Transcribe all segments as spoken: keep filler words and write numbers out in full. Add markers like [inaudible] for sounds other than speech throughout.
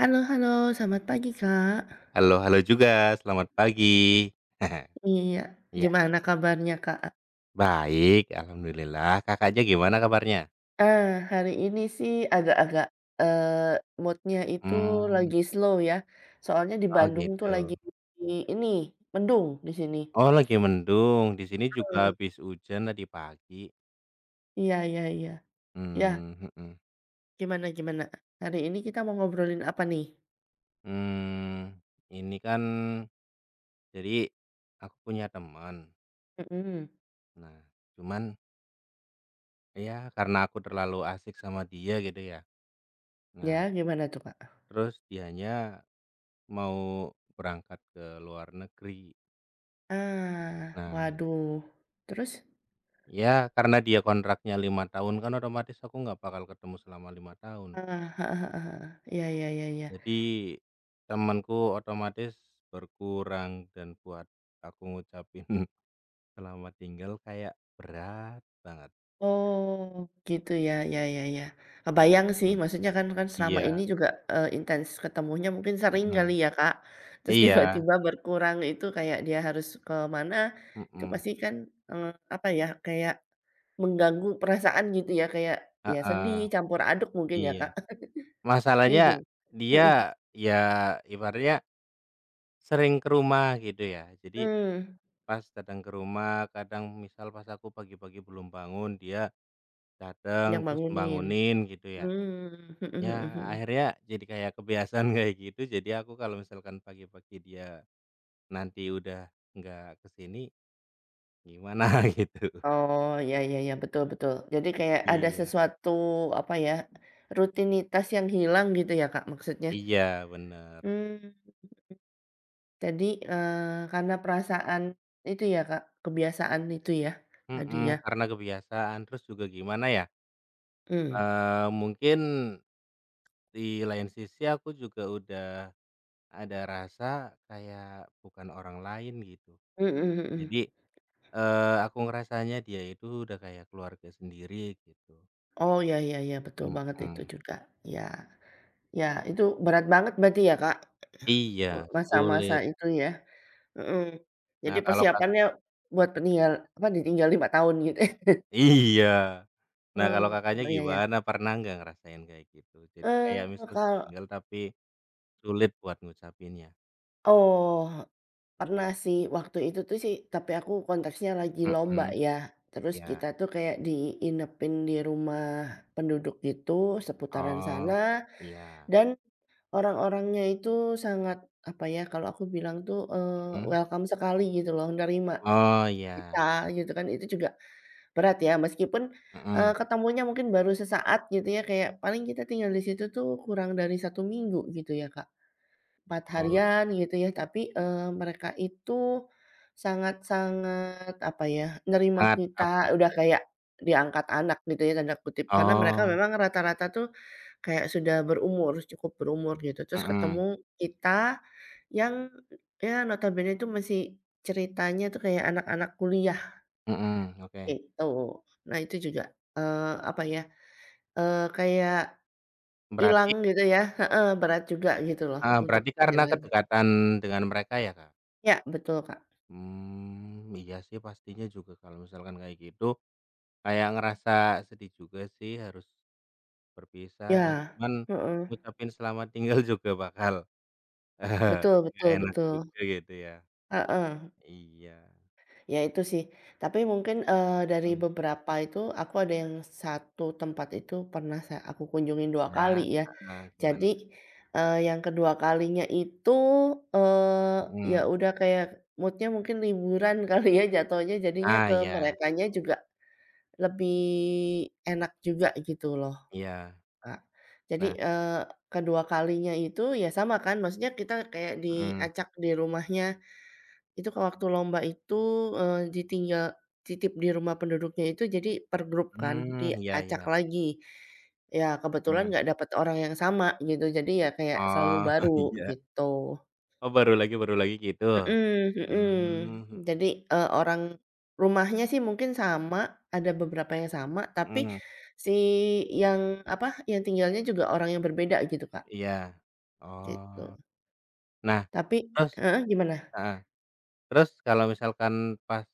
Halo halo, selamat pagi, Kak. Halo halo juga, selamat pagi. [laughs] Iya, Ya, gimana kabarnya, Kak? baik alhamdulillah, Kakaknya gimana kabarnya? Ah, hari ini sih agak-agak, eee, mood itu Mmm, lagi slow ya, soalnya di oh Bandung tuh lagi gitu. ini, mendung di sini. Oh, lagi mendung. Di sini juga Heeh, habis hujan tadi pagi. iya iya iya. Ya, Hmm, mhm. gimana gimana? Hari ini kita mau ngobrolin apa nih? Mmm, ini kan, jadi aku punya teman. Mhm, Nah, cuman ya karena aku terlalu asik sama dia gitu ya. Nah, ya gimana tuh, Kak? terus dianya mau berangkat ke luar negeri. Ah, Nah, waduh, terus? ya, karena dia kontraknya lima tahun, kan otomatis aku nggak bakal ketemu selama lima tahun. Heeh heeh heeh heeh. [laughs] Iya iya iya iya. Jadi, temanku otomatis berkurang, dan buat aku ngucapin [laughs] selamat tinggal kayak berat banget. Oh, gitu ya, ya ya ya. Kebayang sih, Mhm. maksudnya kan kan selama Iya, ini juga, eee, intens ketemunya mungkin sering kali mhm, ya, Kak. Terus iya, tiba-tiba berkurang itu kayak dia harus ke mana, itu mhm, pasti kan, eee, apa ya, kayak mengganggu perasaan gitu ya, kayak ya sedih, heeh, campur aduk mungkin ya, iya. Kak? [laughs] Iya Masalahnya gim mhm, dia, ya ibaratnya sering ke rumah gitu ya. Jadi mmm, pas datang ke rumah, kadang misal pas aku pagi-pagi belum bangun, dia yang dateng, terus bangunin. ngebangunin gitu ya. Mmm, Ya [laughs] akhirnya jadi kayak kebiasaan, [laughs] kayak gitu. Jadi aku kalau misalkan pagi-pagi dia nanti udah nggak ke sini, gimana [laughs] gitu. Oh, ya ya ya betul betul. Jadi kayak ada Iya. sesuatu, apa ya, rutinitas yang hilang gitu ya, Kak, maksudnya? Iya bener, Mmm, jadi, eee, karena perasaan itu ya, Kak, kebiasaan itu ya, tadi mhm, ya? karena kebiasaan. Terus juga gimana ya, Mmm, eee, mungkin di lain sisi aku juga udah ada rasa kayak bukan orang lain gitu. mhm mhm. Jadi, eee, aku ngerasanya dia itu udah kayak keluarga sendiri gitu, Oh, ya ya ya betul banget itu mhm. juga. Ya ya itu berat banget berarti ya, Kak, Iya, masa-masa sulit. itu ya? Mhm. Nah, Jadi kalau Kak, persiapannya buat peninggal apa, ditinggal lima tahun gitu. [laughs] iya. Nah, kalau Hmm Kakaknya ya? Ya. Eh iya. gimana? Pernah nggak ngerasain kayak gitu? Jadi kayak misal kal ditinggal tapi sulit buat ngucapinnya? Oh, pernah sih waktu itu tuh sih, tapi aku konteksnya lagi Mhm, lomba ya. Terus iya. kita tuh kayak diinepin di rumah penduduk gitu, seputaran Oh, sana. iya. Dan orang-orangnya itu sangat, apa ya, kalau aku bilang tuh eh, Mhm. welcome sekali gitu loh, nerima Oh, iya. kita gitu kan. Itu juga berat ya, meskipun eh, Mhm. ketemunya mungkin baru sesaat gitu ya. Kayak paling kita tinggal di situ tuh kurang dari satu minggu gitu ya, Kak, empat Oh, harian gitu ya, tapi, eee, mereka itu sangat-sangat, apa ya, nerima sangat apa, kita, udah kayak "diangkat anak" gitu ya, tanda kutip. Karena mereka oh, memang rata-rata tuh kayak sudah berumur, cukup berumur gitu. Terus mhm, ketemu kita yang ya notabene itu masih ceritanya tuh kayak anak-anak kuliah mhm, oke. gitu. Nah itu juga, eee, apa ya, eee, kayak Berarti, hilang gitu ya heeh, berat juga gitu loh heeh, untuk berarti karena kehilangan kedekatan dengan mereka ya, Kak? ya, betul, Kak. Mmm, iya sih, pastinya juga kalau misalkan kayak gitu. Kayak ngerasa sedih juga sih harus berpisah, Ya, cuman mhm, ngucapin selamat tinggal juga bakal [laughs] betul nggak betul enak betul, juga gitu ya. heeh, Iya, ya itu sih, tapi mungkin, eee, dari mmm, beberapa itu aku ada yang satu tempat itu pernah saya aku kunjungin dua iya, kali ya. heeh, gimana? Jadi, eee, yang kedua kalinya itu, eee, ya Mhm. udah kayak moodnya mungkin liburan [laughs] kali ya jatuhnya, jadinya Ah, ke iya merekanya juga lebih enak juga gitu loh. iya. Kak. Jadi, Nah, eee, kedua kalinya itu ya sama kan, maksudnya kita kayak mhm, diacak di rumahnya, itu ke waktu lomba itu, eee, ditinggal titip di rumah penduduknya itu jadi per grup kan, mmm, iya diacak iya, lagi. Ya kebetulan mhm. nggak dapat orang yang sama gitu, jadi ya kayak selalu Oh, [laughs] baru iya. gitu. Oh, baru lagi baru lagi gitu? Mhm Hmm, mhm. mhm, Jadi, eee, orang rumahnya sih mungkin sama, ada beberapa yang sama, tapi mhm, si yang, apa, yang tinggalnya juga orang yang berbeda gitu, Kak. iya. Gitu. Oh. Nah, Tapi terus? heeh, gimana? Heeh. Terus kalau misalkan pas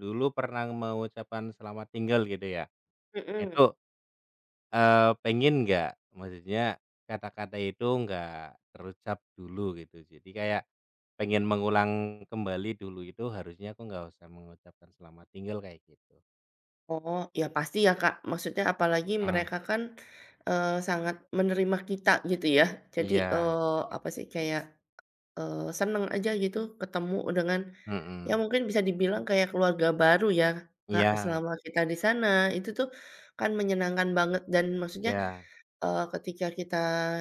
dulu pernah mengucapkan selamat tinggal gitu ya, Mhm. itu, eee, pengen nggak? Maksudnya kata-kata itu nggak terucap dulu gitu. Jadi kayak pengen mengulang kembali dulu, itu harusnya aku nggak usah mengucapkan selamat tinggal kayak gitu. Oh, ya pasti ya, Kak. Maksudnya apalagi Mhm, mereka kan, eee, sangat menerima kita gitu ya. Jadi, iya, eee, apa sih, kayak, eee, seneng aja gitu ketemu dengan ya mhm, mungkin bisa dibilang kayak keluarga baru ya, Kak, iya selama kita di sana. Itu tuh kan menyenangkan banget dan maksudnya, iya, eee, ketika kita,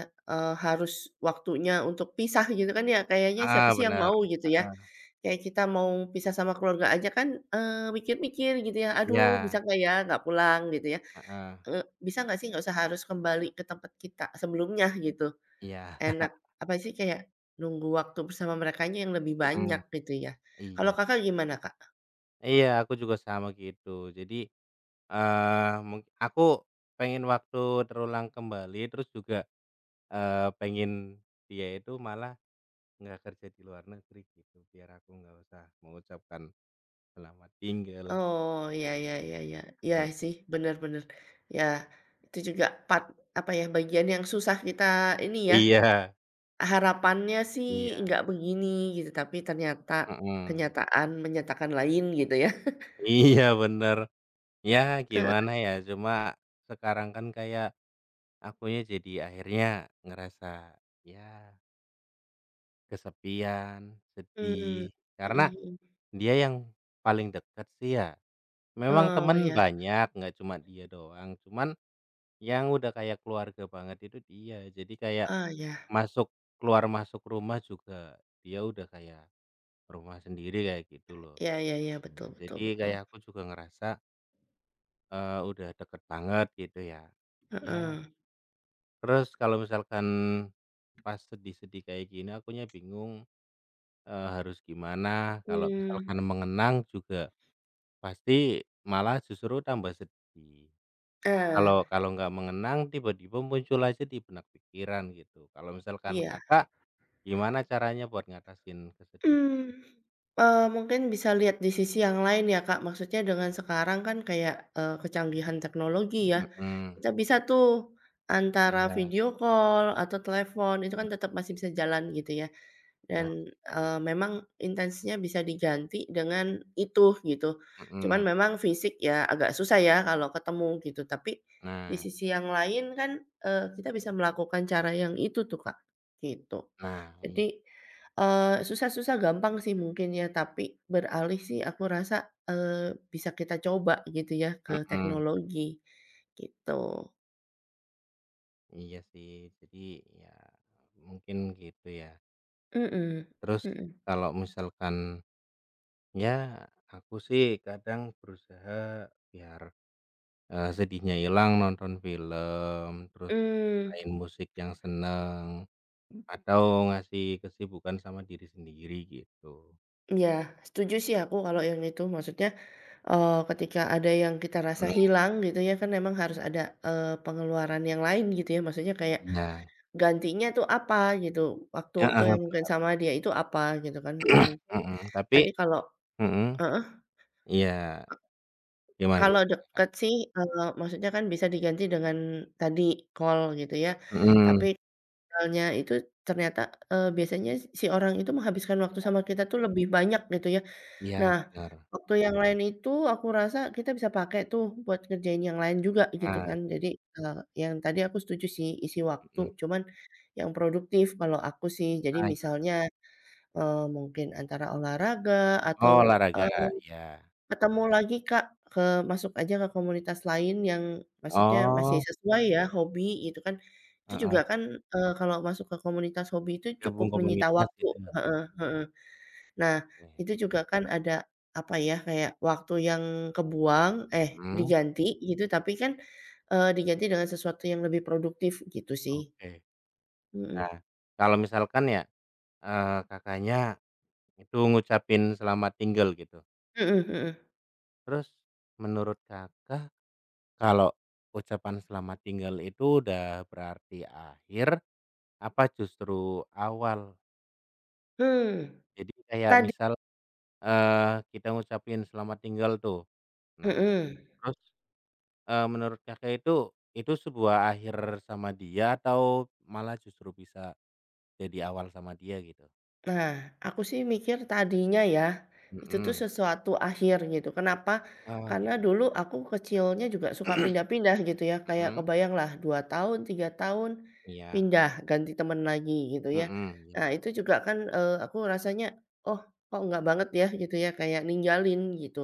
eee, harus waktunya untuk pisah gitu kan ya, kayaknya heeh, siapa sih yang bener, mau gitu ya. heeh, Kayak kita mau pisah sama keluarga aja kan, eee, mikir-mikir gitu ya, "Aduh iya, bisa nggak ya nggak pulang?" Gitu ya, heeh, eee, "Bisa nggak sih nggak usah harus kembali ke tempat kita sebelumnya?" Gitu. iya, Enak apa sih, kayak nunggu waktu bersama merekanya yang lebih [laughs] mhm, banyak gitu ya. Kalau iya. Kakak gimana, Kak? Iya, aku juga sama gitu. Jadi, Eee, mung aku pengen waktu terulang kembali. Terus juga, eee, pengen dia itu malah nggak kerja di luar negeri gitu, biar aku nggak usah mengucapkan selamat tinggal. Oh, ya ya ya ya. Iya Mmm, sih, bener bener. Ya, itu juga part apa ya, bagian yang susah kita ini ya, iya harapannya sih iya, nggak begini gitu, tapi ternyata mhm, kenyataan menyatakan lain gitu ya. iya bener. Ya Heeh, gimana ya, cuma sekarang kan kayak akunya jadi akhirnya ngerasa ya kesepian, mmm, sedih, karena mhm mhm. dia yang paling dekat sih ya. Memang Oh, temen ya, banyak, nggak cuma dia doang, cuman yang udah kayak keluarga banget itu dia. Jadi kayak oh, ya. masuk keluar masuk rumah juga, dia udah kayak rumah sendiri kayak gitu loh. Ya ya ya, Nah, betul Mmm. betul jadi betul, kayak aku juga ngerasa, eee, udah deket banget gitu ya. Ya, heeh, terus kalau misalkan pas sedih-sedih kayak gini akunya bingung, eee, harus gimana. Kalau mmm, misalkan mengenang juga pasti malah justru tambah sedih. ah, Kalau kalau nggak mengenang, tiba-tiba muncul aja di benak pikiran gitu. Kalau misalkan iya. Kakak, gimana caranya buat ngatasin kesedihan? Mmm, eee, mungkin bisa lihat di sisi yang lain ya, Kak. Maksudnya dengan sekarang kan kayak, eee, kecanggihan teknologi ya, Mhm, kita bisa tuh antara iya. video call atau telepon itu kan tetap masih bisa jalan gitu ya. Nah Dan, itu, eee, memang intensinya bisa diganti dengan itu gitu. mhm. Cuman memang fisik ya agak susah ya kalau ketemu gitu, tapi di Nah sisi yang lain kan, eee, kita bisa melakukan cara yang itu tuh, Kak, gitu. nah, i Jadi, eee, susah-susah gampang sih mungkin ya, tapi beralih sih aku rasa, eee, bisa kita coba gitu ya ke mhm, teknologi, gitu. iya sih. Jadi ya mungkin gitu ya. Mhm Terus mhm. kalau misalkan ya, aku sih kadang berusaha biar, eee, sedihnya hilang, nonton film, terus Hmm. nyalain musik yang seneng. Atau ngasih kesibukan sama diri sendiri gitu. Ya setuju sih aku kalau yang itu. Maksudnya, eee, ketika ada yang kita rasa Mhm, hilang gitu ya kan memang harus ada, eee, pengeluaran yang lain gitu ya, maksudnya kayak iya, gantinya tuh apa gitu, waktu-waktu heeh, yang mungkin sama dia itu apa gitu kan. Mungkin mhm, tadi tapi kalau mhm, iya, gimana Kalau gimana? deket sih, eee, maksudnya kan bisa diganti dengan tadi call gitu ya, Mhm, tapi call itu ternyata, eee, biasanya si orang itu menghabiskan waktu sama kita tuh lebih banyak gitu ya. iya Nah, bener, waktu yang lain itu aku rasa kita bisa pakai tuh buat ngerjain yang lain juga gitu heeh, kan. Jadi, eee, yang tadi aku setuju sih isi waktu, mhm, cuman yang produktif kalau aku sih. Jadi ah, iya. misalnya, eee, mungkin antara olahraga atau, Oh, olahraga, eee iya, Ketemu lagi Kak, ke masuk aja ke komunitas lain yang maksudnya masih oh, sesuai ya, hobi gitu kan. Itu juga heeh, kan, eee, kalau masuk ke komunitas hobi itu gabung cukup menyita komunitas waktu gitu ya? heeh heeh. Nah, Oke, itu juga kan ada, apa ya, kayak waktu yang kebuang eh, mhm, diganti gitu, tapi kan, eee, diganti dengan sesuatu yang lebih produktif gitu sih. oke. Mhm. Nah, kalau misalkan ya, eee, Kakaknya itu ngucapin selamat tinggal gitu, Mhm mhm. terus menurut Kakak, kalau ucapan selamat tinggal itu udah berarti akhir, apa justru awal? Mmm, Jadi kayak tadi misal, eee, kita ngucapin selamat tinggal tuh. Nah, mhm. terus, eee, menurut Kakak itu, itu, sebuah akhir sama dia, atau malah justru bisa jadi awal sama dia gitu? Nah, aku sih mikir tadinya ya, itu tuh Mhm. sesuatu akhir gitu. Kenapa? Oh Karena gitu. dulu aku kecilnya juga suka pindah-pindah gitu ya. Kayak Mhm, kebayang lah dua tahun, tiga tahun iya. pindah, ganti temen lagi gitu ya. Mhm, iya. Nah, itu juga kan, eee, aku rasanya, "Oh, kok nggak banget ya?" Gitu ya, kayak ninggalin gitu.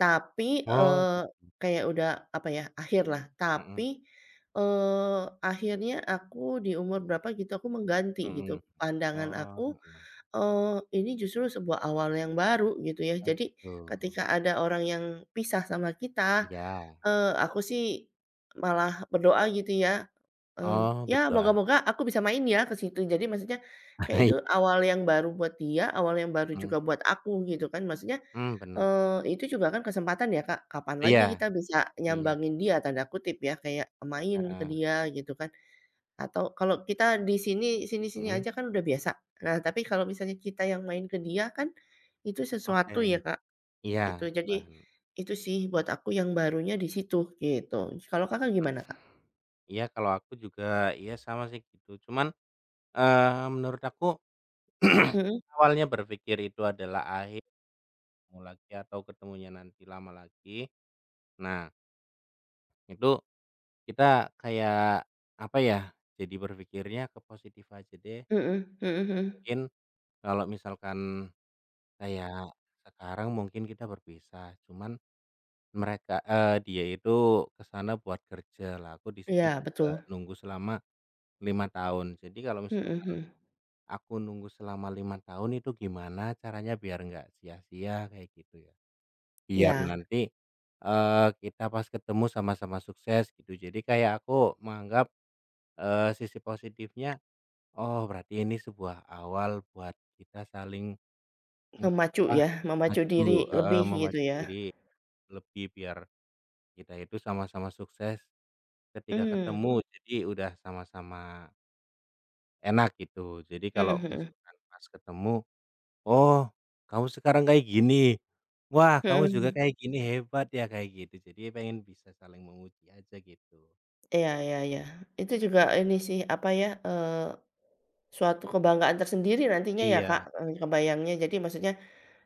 Tapi, Oh eee, git kayak udah apa ya, akhir lah. mhm, Tapi, eee, akhirnya aku di umur berapa gitu, aku mengganti gitu mhm. pandangan Oh, aku. heeh. Eee, ini justru sebuah awal yang baru gitu ya. Oh Jadi gitu. ketika ada orang yang pisah sama kita, Iya. eee, aku sih malah berdoa gitu ya, eee, Oh, ya berdoa. moga-moga aku bisa main ya ke situ. Jadi maksudnya kayak itu [laughs] awal yang baru buat dia, awal yang baru Mmm, juga buat aku gitu kan. Maksudnya, mmm, benar eee, bener. itu juga kan kesempatan ya Kak, kapan Iya lagi kita bisa iya, "nyambangin dia" tanda kutip ya, kayak main ke heeh, dia gitu kan. Atau kalau kita di sini sini-sini mhm, aja kan udah biasa. Nah, tapi kalau misalnya kita yang main ke dia kan, itu oke, sesuatu ya, Kak, iya, itu. Jadi, paham. itu sih buat aku yang barunya di situ, gitu. Kalau Kakak gimana, Kak? Iya, kalau aku juga iya sama sih gitu, cuman, eee, menurut aku [clears throat] Mhm, awalnya berpikir itu adalah akhir, ketemu lagi atau ketemunya nanti lama lagi. Nah, itu kita kayak apa ya, jadi berpikirnya ke positif aja deh. mhm mhm mhm. Mungkin kalau misalkan kayak sekarang mungkin kita berpisah, cuman Mereka eee, dia itu ke sana buat kerja lah. Aku di sini Iya, juga betul. nunggu selama lima tahun. Jadi kalau Mhm misalkan mhm. aku nunggu selama lima tahun, itu gimana caranya biar nggak sia-sia kayak gitu ya. Biar Ya nanti, eee, kita pas ketemu sama-sama sukses gitu. Jadi kayak aku menganggap, eee, sisi positifnya, oh berarti ini sebuah awal buat kita saling, mmm, memacu apa, ya, memacu maju, diri heeh, lebih gitu memacu ya. diri lebih, biar kita itu sama-sama sukses. Ketika Mmm, ketemu, jadi udah sama-sama enak gitu. Jadi mhm kalau mhm. misalkan pas ketemu, "Oh, kamu sekarang kayak gini. Wah, kamu juga Mhm. kayak gini, hebat ya," kayak gitu. Jadi pengen bisa saling memuji aja gitu. Iya iya iya. Itu juga ini sih, apa ya, eee, suatu kebanggaan tersendiri nantinya ya, Kak, Iya, eee, kebayangnya. Jadi maksudnya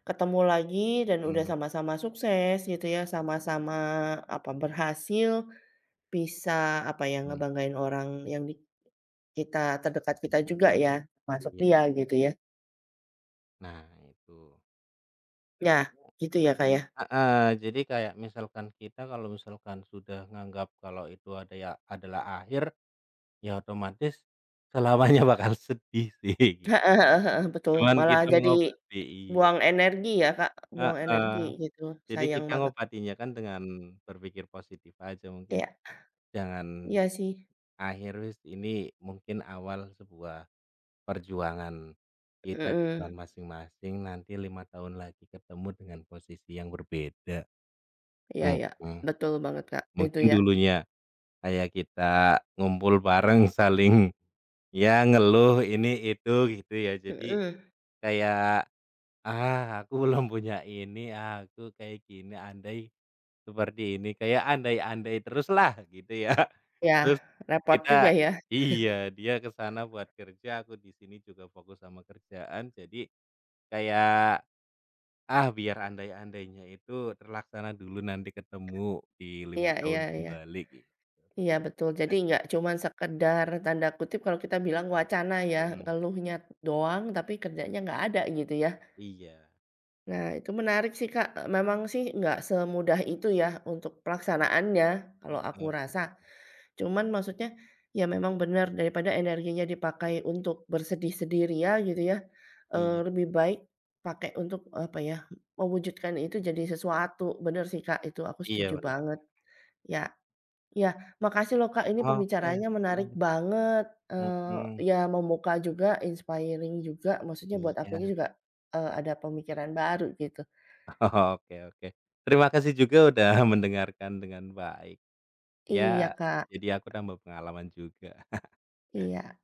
ketemu lagi dan udah mhm, sama-sama sukses gitu ya, sama-sama, apa, berhasil, bisa, apa ya, mhm, ngebanggain orang yang di kita terdekat kita juga ya, masuk iya. dia gitu ya. Nah itu. Nah, gitu ya, Kak, ya? [laughs] Heeh, jadi kayak misalkan kita, kalau misalkan sudah nganggap kalau itu ada ya adalah akhir, ya otomatis selamanya bakal [laughs] sedih Mhm. sih. Heeh heeh heeh, betul. Cuman Malah kita jadi mengobati, iya, buang energi ya, Kak, buang heeh. energi. Mhm. Gitu, Jadi sayang kita banget. ngobatinya kan dengan berpikir positif aja mungkin, Iya, jangan iya sih, akhir. Wis, ini mungkin awal sebuah perjuangan kita di jalan mhm, masing-masing, nanti lima tahun lagi ketemu dengan posisi yang berbeda, iya iya, mhm. betul banget, Kak, itu Mungkin ya, dulunya kayak kita ngumpul bareng, saling ya ngeluh ini itu gitu ya, jadi mhm, kayak, "Ah, aku belum punya ini, ah, aku kayak gini, andai." Seperti ini, kayak andai-andai teruslah gitu ya. [laughs] ya Terus repot juga kita, ya, iya, dia ke sana buat kerja, aku di sini juga fokus sama kerjaan. Jadi kayak, ah, biar andai-andainya itu terlaksana dulu, nanti ketemu di lima iya tahun iya iya. kembali gitu. Iya betul, jadi nggak cuman sekedar tanda kutip kalau kita bilang wacana ya, Mhm, ngeluhnya doang tapi kerjanya nggak ada gitu ya. iya, Nah itu menarik sih Kak, memang sih nggak semudah itu ya untuk pelaksanaannya kalau heeh, aku bener, rasa. Cuman maksudnya, ya memang benar daripada energinya mmm, dipakai untuk bersedih sendirian gitu ya, eee, iya lebih baik pakai untuk, apa ya, mewujudkan itu jadi sesuatu. Benar sih Kak, itu aku iya setuju benar. banget, ya. Iya, makasih loh Kak, ini Oke, pembicaraannya menarik iya, banget, eee, mhm, ya membuka juga, inspiring juga, maksudnya buat iya. akunya juga, eee, ada pemikiran baru gitu. [laughs] Oke oke. Terima kasih juga udah mendengarkan dengan baik. Iya Ya, Kak, jadi aku tambah pengalaman juga. iya.